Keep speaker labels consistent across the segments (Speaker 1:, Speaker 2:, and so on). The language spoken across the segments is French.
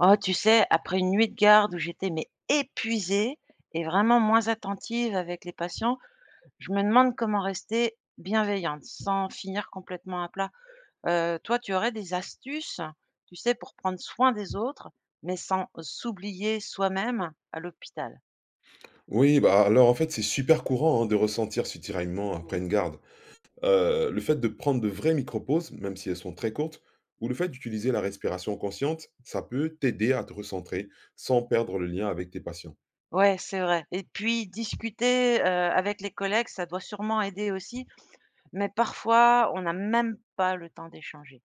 Speaker 1: Oh, tu sais, après une nuit de garde où j'étais mais épuisée et vraiment moins attentive avec les patients, je me demande comment rester bienveillante sans finir complètement à plat. Toi, tu aurais des astuces, tu sais, pour prendre soin des autres, mais sans s'oublier soi-même à l'hôpital?
Speaker 2: Oui, bah, alors en fait, c'est super courant hein, de ressentir ce tiraillement après
Speaker 1: Mmh.
Speaker 2: une garde. Le fait de prendre de vraies micro-pauses, même si elles sont très courtes, ou le fait d'utiliser la respiration consciente, ça peut t'aider à te recentrer sans perdre le lien avec tes patients.
Speaker 1: Ouais, c'est vrai et puis discuter, avec les collègues, ça doit sûrement aider aussi. Mais parfois, on n'a même pas le temps d'échanger.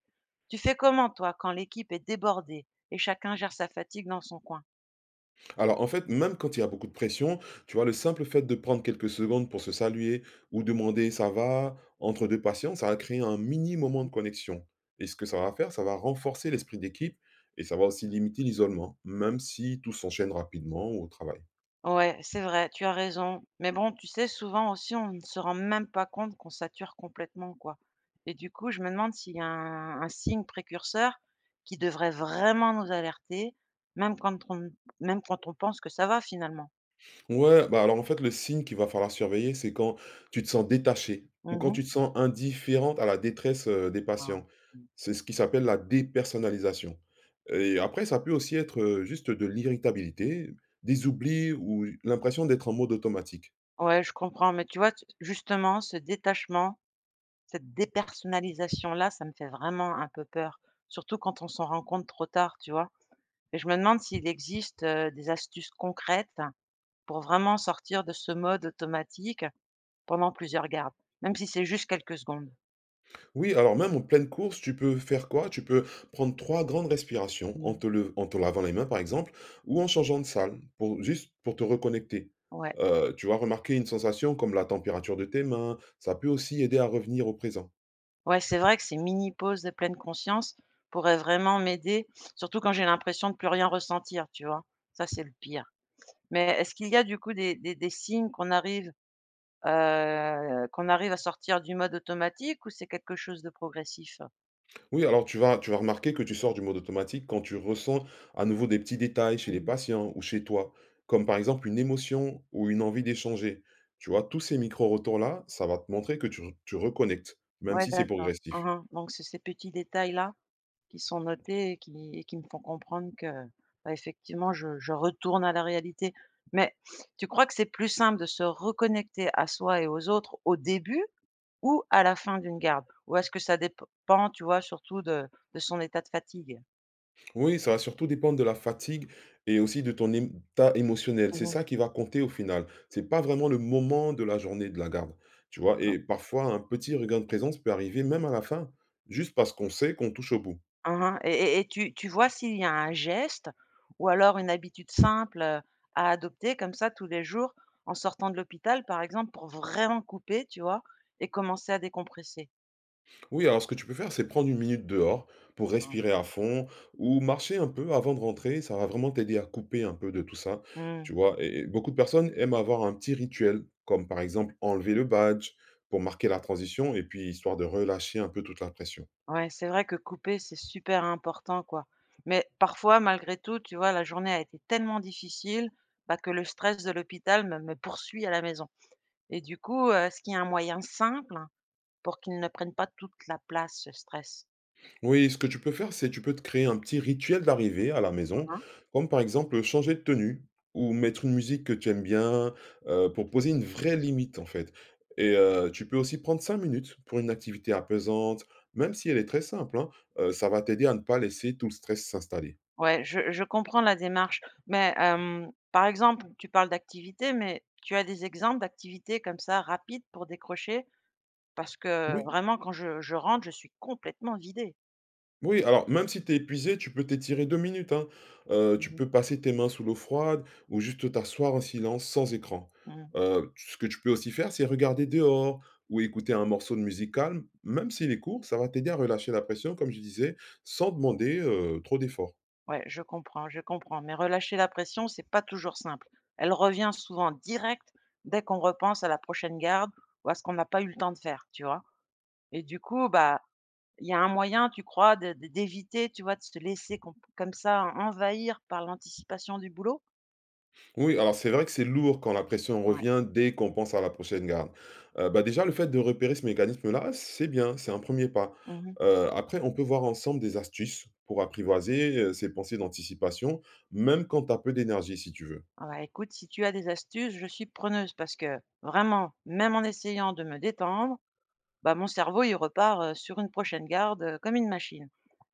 Speaker 1: Tu fais comment, toi, quand l'équipe est débordée et chacun gère sa fatigue dans son coin?
Speaker 2: Alors en fait, même quand il y a beaucoup de pression, tu vois, le simple fait de prendre quelques secondes pour se saluer ou demander ça va entre deux patients, ça va créer un mini moment de connexion. Et ce que ça va faire, ça va renforcer l'esprit d'équipe et ça va aussi limiter l'isolement, même si tout s'enchaîne rapidement au travail.
Speaker 1: Ouais, c'est vrai, tu as raison. Mais bon, tu sais, souvent aussi, on ne se rend même pas compte qu'on sature complètement, quoi. Et du coup, je me demande s'il y a un signe précurseur qui devrait vraiment nous alerter, même quand on, même quand on pense que ça va finalement.
Speaker 2: Ouais, bah, alors, en fait, le signe qu'il va falloir surveiller, c'est quand tu te sens détaché ou quand
Speaker 1: Mhm.
Speaker 2: tu te sens indifférente à la détresse, des
Speaker 1: Ah.
Speaker 2: patients.
Speaker 1: Mmh.
Speaker 2: C'est ce qui s'appelle la dépersonnalisation et après ça peut aussi être, juste de l'irritabilité, des oublis ou l'impression d'être en mode automatique.
Speaker 1: Ouais, je comprends. Mais tu vois, justement, ce détachement, cette dépersonnalisation-là, ça me fait vraiment un peu peur, surtout quand on s'en rend compte trop tard, tu vois? Et je me demande s'il existe, des astuces concrètes pour vraiment sortir de ce mode automatique pendant plusieurs gardes, même si c'est juste quelques secondes.
Speaker 2: Oui, alors même en pleine course, tu peux faire quoi? Tu peux prendre 3 grandes respirations en
Speaker 1: Mmh.
Speaker 2: te lev en te lavant les mains, par exemple, ou en changeant de salle pour juste pour te reconnecter.
Speaker 1: Ouais,
Speaker 2: Tu vas remarquer une sensation comme la température de tes mains, ça peut aussi aider à revenir au présent.
Speaker 1: ouais, c'est vrai que ces mini pauses de pleine conscience pourraient vraiment m'aider, surtout quand j'ai l'impression de plus rien ressentir, tu vois? Ça, c'est le pire. Mais est-ce qu'il y a du coup des signes qu'on arrive à sortir du mode automatique ou c'est quelque chose de progressif?
Speaker 2: Oui, alors tu vas remarquer que tu sors du mode automatique quand tu ressens à nouveau des petits détails chez les
Speaker 1: Mmh.
Speaker 2: patients ou chez toi, comme par exemple une émotion ou une envie d'échanger. Tu vois? Tous ces micro retours là, ça va te montrer que tu reconnectes, même
Speaker 1: Ouais,
Speaker 2: si c'est
Speaker 1: d'accord. Hein,
Speaker 2: progressif.
Speaker 1: hein. Donc c'est ces petits détails-là qui sont notés et qui me font comprendre que, bah, effectivement, je retourne à la réalité. Mais tu crois que c'est plus simple de se reconnecter à soi et aux autres au début ou à la fin d'une garde? Ou est-ce que ça dépend, tu vois, surtout de son état de fatigue?
Speaker 2: Oui, ça va surtout dépendre de la fatigue et aussi de ton état émotionnel.
Speaker 1: Mmh
Speaker 2: C'est
Speaker 1: mh.
Speaker 2: ça qui va compter au final. C'est pas vraiment le moment de la journée de la garde, tu vois.
Speaker 1: D'accord.
Speaker 2: Et parfois, un petit regain de présence peut arriver même à la fin, juste parce qu'on sait qu'on touche au bout.
Speaker 1: Hein, hein. Et tu vois s'il y a un geste ou alors une habitude simple, à adopter comme ça tous les jours en sortant de l'hôpital, par exemple, pour vraiment couper, tu vois? Et commencer à décompresser.
Speaker 2: Oui, alors ce que tu peux faire, c'est prendre une minute dehors pour
Speaker 1: Mmh.
Speaker 2: respirer à fond ou marcher un peu avant de rentrer. Ça va vraiment t'aider à couper un peu de tout ça,
Speaker 1: Mmh.
Speaker 2: tu vois. Et beaucoup de personnes aiment avoir un petit rituel, comme par exemple enlever le badge pour marquer la transition et puis histoire de relâcher un peu toute la pression.
Speaker 1: Ouais, c'est vrai que couper, c'est super important, quoi. Mais parfois, malgré tout, tu vois, la journée a été tellement difficile, bah, que le stress de l'hôpital me poursuit à la maison. Et du coup, est-ce qu'il y a un moyen simple hein, pour qu'il ne prenne pas toute la place, ce stress?
Speaker 2: Oui, ce que tu peux faire, c'est tu peux te créer un petit rituel d'arrivée à la maison,
Speaker 1: Mmh.
Speaker 2: comme par exemple changer de tenue ou mettre une musique que tu aimes bien pour poser une vraie limite en fait. Et tu peux aussi prendre 5 minutes pour une activité apaisante, même si elle est très simple, hein, ça va t'aider à ne pas laisser tout le stress s'installer.
Speaker 1: Ouais, je comprends la démarche. Mais, par exemple, tu parles d'activités, mais tu as des exemples d'activités comme ça rapides pour décrocher? Parce que
Speaker 2: Oui,
Speaker 1: vraiment quand je rentre, je suis complètement vidée.
Speaker 2: Oui, alors même si tu es épuisé, tu peux t'étirer 2 minutes, hein. Tu
Speaker 1: Mmh mh.
Speaker 2: peux passer tes mains sous l'eau froide ou juste t'asseoir en silence sans écran.
Speaker 1: Mmh.
Speaker 2: Ce que tu peux aussi faire, c'est regarder dehors ou écouter un morceau de musique calme, même s'il est court, ça va t'aider à relâcher la pression, comme je disais, sans demander, trop d'efforts.
Speaker 1: Ouais, je comprends, je comprends. Mais relâcher la pression, c'est pas toujours simple. Elle revient souvent direct dès qu'on repense à la prochaine garde ou à ce qu'on n'a pas eu le temps de faire, tu vois? Et du coup, bah, il y a un moyen, tu crois, de d'éviter, tu vois, de se laisser comme ça envahir par l'anticipation du boulot?
Speaker 2: Oui, alors c'est vrai que c'est lourd quand la pression revient dès qu'on pense à la prochaine garde. Bah, déjà, le fait de repérer ce mécanisme-là, c'est bien, c'est un premier pas.
Speaker 1: Mmh.
Speaker 2: Après, on peut voir ensemble des astuces pour apprivoiser, ces pensées d'anticipation, même quand tu as peu d'énergie, si tu veux.
Speaker 1: Ah bah, écoute, si tu as des astuces, je suis preneuse parce que vraiment, même en essayant de me détendre, bah, mon cerveau, il repart, sur une prochaine garde, comme une machine.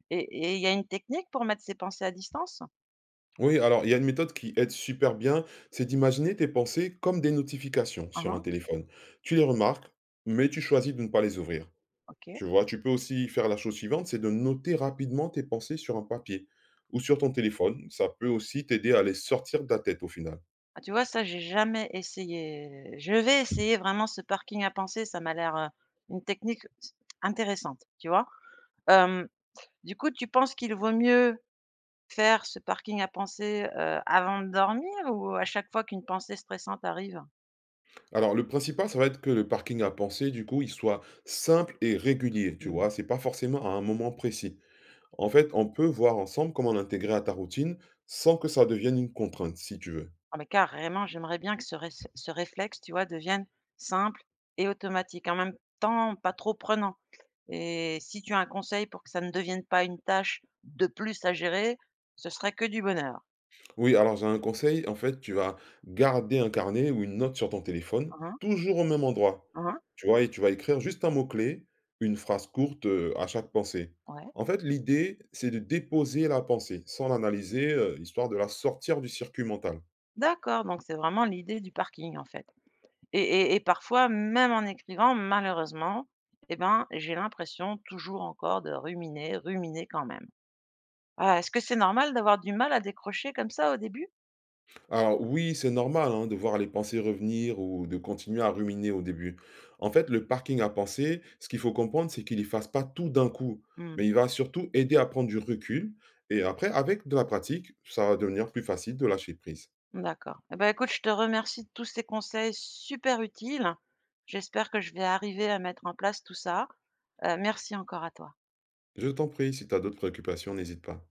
Speaker 1: Et il y a une technique pour mettre ses pensées à distance?
Speaker 2: Oui, alors il y a une méthode qui aide super bien, c'est d'imaginer tes pensées comme des notifications
Speaker 1: Mmh
Speaker 2: sur un
Speaker 1: mh.
Speaker 2: téléphone. Tu les remarques, mais tu choisis de ne pas les ouvrir.
Speaker 1: OK.
Speaker 2: Tu vois? Tu peux aussi faire la chose suivante, c'est de noter rapidement tes pensées sur un papier ou sur ton téléphone. Ça peut aussi t'aider à les sortir de ta tête au final.
Speaker 1: Ah, tu vois, ça, j'ai jamais essayé. Je vais essayer vraiment ce parking à pensées, ça m'a l'air, une technique s intéressante, tu vois? Hem, du coup, tu penses qu'il vaut mieux faire ce parking à pensées, avant de dormir ou à chaque fois qu'une pensée stressante arrive?
Speaker 2: Alors le principal, ça va être que le parking à penser, du coup, il soit simple et régulier, tu
Speaker 1: Mmh.
Speaker 2: vois? C'est pas forcément à un moment précis. En fait, on peut voir ensemble comment l'intégrer à ta routine sans que ça devienne une contrainte, si tu veux.
Speaker 1: Ah mais carrément, j'aimerais bien que ce réflexe, tu vois, devienne simple et automatique, en même temps pas trop prenant. Et si tu as un conseil pour que ça ne devienne pas une tâche de plus à gérer, ce serait que du bonheur.
Speaker 2: Oui, alors j'ai un conseil, en fait, tu vas garder un carnet ou une note sur ton téléphone,
Speaker 1: Hein, mh.
Speaker 2: toujours au même endroit.
Speaker 1: Mmh.
Speaker 2: Tu vois? Et tu vas écrire juste un mot-clé, une phrase courte, à chaque pensée.
Speaker 1: Ouais.
Speaker 2: En fait, l'idée, c'est de déposer la pensée sans l'analyser, histoire de la sortir du circuit mental.
Speaker 1: D'accord, donc c'est vraiment l'idée du parking, en fait. Et et et parfois, même en écrivant, malheureusement, eh ben, j'ai l'impression toujours encore de ruminer, ruminer quand même. Ah, est-ce que c'est normal d'avoir du mal à décrocher comme ça au début?
Speaker 2: Alors oui, c'est normal hein, de voir les pensées revenir ou de continuer à ruminer au début. En fait, le parking à penser, ce qu'il faut comprendre, c'est qu'il ne fasse pas tout d'un coup,
Speaker 1: Mmh.
Speaker 2: mais il va surtout aider à prendre du recul. Et après, avec de la pratique, ça va devenir plus facile de lâcher prise.
Speaker 1: D'accord. Et ben écoute, je te remercie de tous ces conseils super utiles. J'espère que je vais arriver à mettre en place tout ça. Merci encore à toi.
Speaker 2: Je t'en prie, si tu as d'autres préoccupations, n'hésite pas.